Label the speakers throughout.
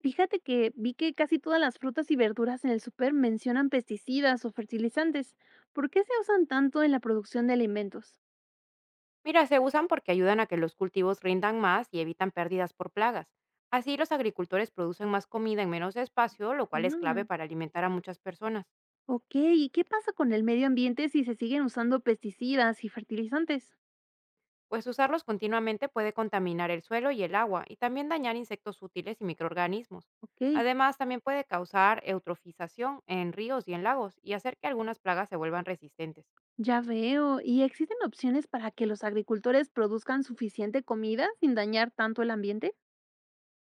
Speaker 1: Fíjate que vi que casi todas las frutas y verduras en el súper mencionan pesticidas o fertilizantes. ¿Por qué se usan tanto en la producción de alimentos?
Speaker 2: Mira, se usan porque ayudan a que los cultivos rindan más y evitan pérdidas por plagas. Así los agricultores producen más comida en menos espacio, lo cual es clave
Speaker 1: Mm,
Speaker 2: para alimentar a muchas personas,
Speaker 1: ok, ¿y qué pasa con el medio ambiente si se siguen usando pesticidas y fertilizantes?
Speaker 2: pues usarlos continuamente puede contaminar el suelo y el agua y también dañar insectos útiles y microorganismos.
Speaker 1: Ok,
Speaker 2: Además, también puede causar eutrofización en ríos y en lagos y hacer que algunas plagas se vuelvan resistentes.
Speaker 1: ya veo. ¿Y existen opciones para que los agricultores produzcan suficiente comida sin dañar tanto el ambiente?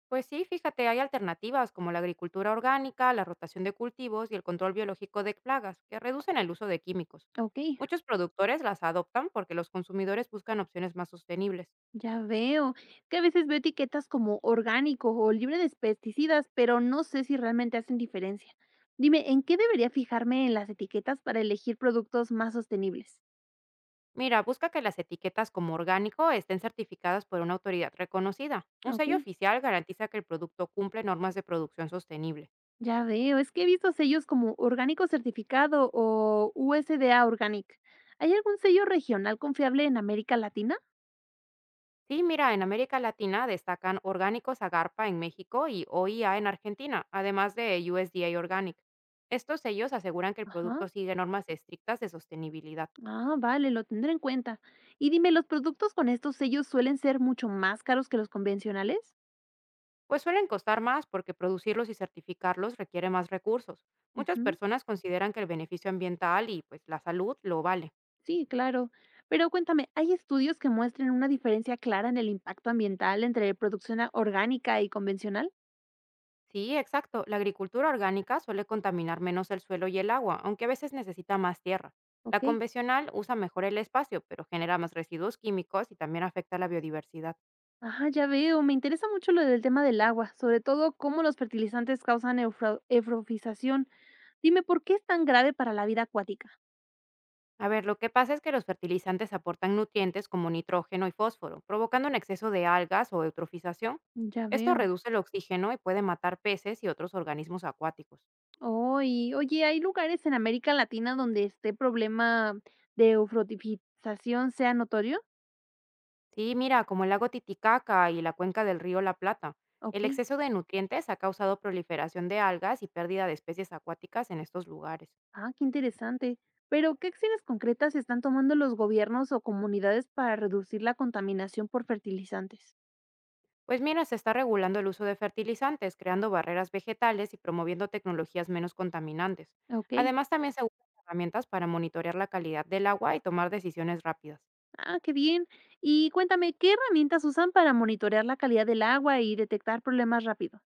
Speaker 2: Pues sí, fíjate, hay alternativas como la agricultura orgánica, la rotación de cultivos y el control biológico de plagas, que reducen el uso de químicos.
Speaker 1: Ok.
Speaker 2: Muchos productores las adoptan porque los consumidores buscan opciones más sostenibles.
Speaker 1: Ya veo. Que a veces veo etiquetas como orgánico o libre de pesticidas, pero no sé si realmente hacen diferencia. Dime, ¿en qué debería fijarme en las etiquetas para elegir productos más sostenibles?
Speaker 2: Mira, busca que las etiquetas como orgánico estén certificadas por una autoridad reconocida. Un
Speaker 1: Ok,
Speaker 2: sello oficial garantiza que el producto cumple normas de producción sostenible.
Speaker 1: ya veo. Es que he visto sellos como orgánico certificado o USDA Organic. ¿Hay algún sello regional confiable en América Latina?
Speaker 2: Sí, mira, en América Latina destacan Orgánicos Agarpa en México y OIA en Argentina, además de USDA Organic. Estos sellos aseguran que el
Speaker 1: Ajá.
Speaker 2: producto sigue normas estrictas de sostenibilidad,
Speaker 1: Ah, vale, lo tendré en cuenta. Y dime, ¿los productos con estos sellos suelen ser mucho más caros que los convencionales?
Speaker 2: pues suelen costar más porque producirlos y certificarlos requiere más recursos. Muchas
Speaker 1: Ujú.
Speaker 2: personas consideran que el beneficio ambiental y pues la salud lo vale.
Speaker 1: Sí, claro. Pero cuéntame, ¿hay estudios que muestren una diferencia clara en el impacto ambiental entre orgánica y convencional?
Speaker 2: Sí, exacto. La agricultura orgánica suele contaminar menos el suelo y el agua, aunque a veces necesita más tierra. La
Speaker 1: Ok.
Speaker 2: convencional usa mejor el espacio, pero genera más residuos químicos y también afecta a la biodiversidad.
Speaker 1: Ajá, ya veo. Me interesa mucho lo del tema del agua, sobre todo cómo los fertilizantes causan eutrofización. Dime, ¿por qué es tan grave para la vida acuática?
Speaker 2: A ver, lo que pasa es que los fertilizantes aportan nutrientes como nitrógeno y fósforo, provocando un exceso de algas o eutrofización.
Speaker 1: Ya
Speaker 2: Esto
Speaker 1: veo.
Speaker 2: reduce el oxígeno y puede matar peces y otros organismos acuáticos.
Speaker 1: Oh, y oye, ¿hay lugares en América Latina donde este problema de eutrofización sea notorio?
Speaker 2: Sí, mira, como el lago Titicaca y la cuenca del río La Plata.
Speaker 1: Ok.
Speaker 2: El exceso de nutrientes ha causado proliferación de algas y pérdida de especies acuáticas en estos lugares.
Speaker 1: Ah, qué interesante. Pero, ¿qué acciones concretas están tomando los gobiernos o comunidades para reducir la contaminación por fertilizantes?
Speaker 2: Pues mira, se está regulando el uso de fertilizantes, creando barreras vegetales y promoviendo tecnologías menos contaminantes.
Speaker 1: Ok.
Speaker 2: Además, también se usan herramientas para monitorear la calidad del agua y tomar decisiones rápidas.
Speaker 1: Ah, qué bien. Y cuéntame, ¿qué herramientas usan para monitorear la calidad del agua y detectar problemas rápido?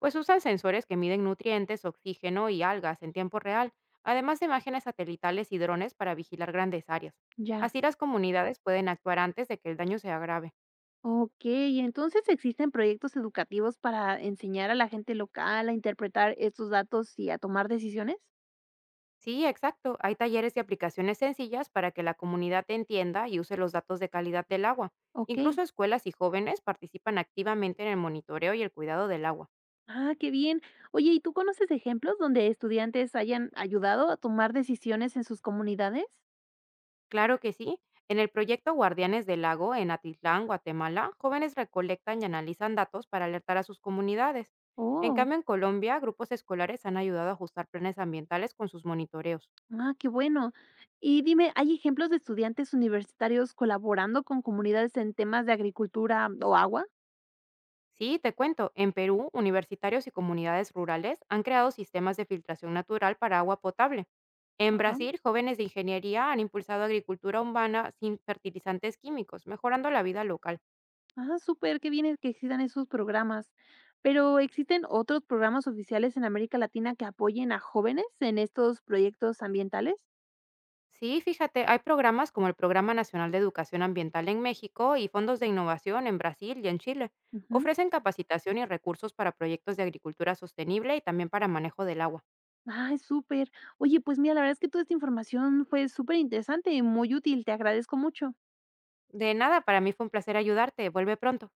Speaker 2: Pues usan sensores que miden nutrientes, oxígeno y algas en tiempo real, además de imágenes satelitales y drones para vigilar grandes áreas.
Speaker 1: Ya.
Speaker 2: Así las comunidades pueden actuar antes de que el daño sea grave.
Speaker 1: Ok, entonces existen proyectos educativos para enseñar a la gente local a interpretar estos datos y a tomar decisiones.
Speaker 2: Sí, exacto. Hay talleres y aplicaciones sencillas para que la comunidad entienda y use los datos de calidad del agua.
Speaker 1: Ok.
Speaker 2: Incluso escuelas y jóvenes participan activamente en el monitoreo y el cuidado del agua.
Speaker 1: Ah, qué bien. Oye, ¿y tú conoces ejemplos donde estudiantes hayan ayudado a tomar decisiones en sus comunidades?
Speaker 2: Claro que sí. En el proyecto Guardianes del Lago, en Atitlán, Guatemala, jóvenes recolectan y analizan datos para alertar a sus comunidades. En
Speaker 1: Oh,
Speaker 2: cambio, en Colombia, grupos escolares han ayudado a ajustar planes ambientales con sus monitoreos.
Speaker 1: ah, qué bueno. Y dime, ¿hay ejemplos de estudiantes universitarios colaborando con comunidades en temas de agricultura o agua?
Speaker 2: Sí, te cuento, en Perú, universitarios y comunidades rurales han creado sistemas de filtración natural para agua potable. En
Speaker 1: Ajá.
Speaker 2: Brasil, jóvenes de ingeniería han impulsado agricultura humana sin fertilizantes químicos, mejorando la vida local.
Speaker 1: Ah, súper, qué bien es que existan esos programas. Pero ¿existen otros programas oficiales en América Latina que apoyen a jóvenes en estos proyectos ambientales?
Speaker 2: Sí, fíjate, hay programas como el Programa Nacional de Educación Ambiental en México y fondos de innovación en Brasil y en Chile.
Speaker 1: Ujú.
Speaker 2: Ofrecen capacitación y recursos para proyectos de agricultura sostenible y también para manejo del agua.
Speaker 1: Ay, súper. Oye, pues mira, la verdad es que toda esta información fue súper interesante y muy útil. Te agradezco mucho.
Speaker 2: De nada, para mí fue un placer ayudarte. Vuelve pronto.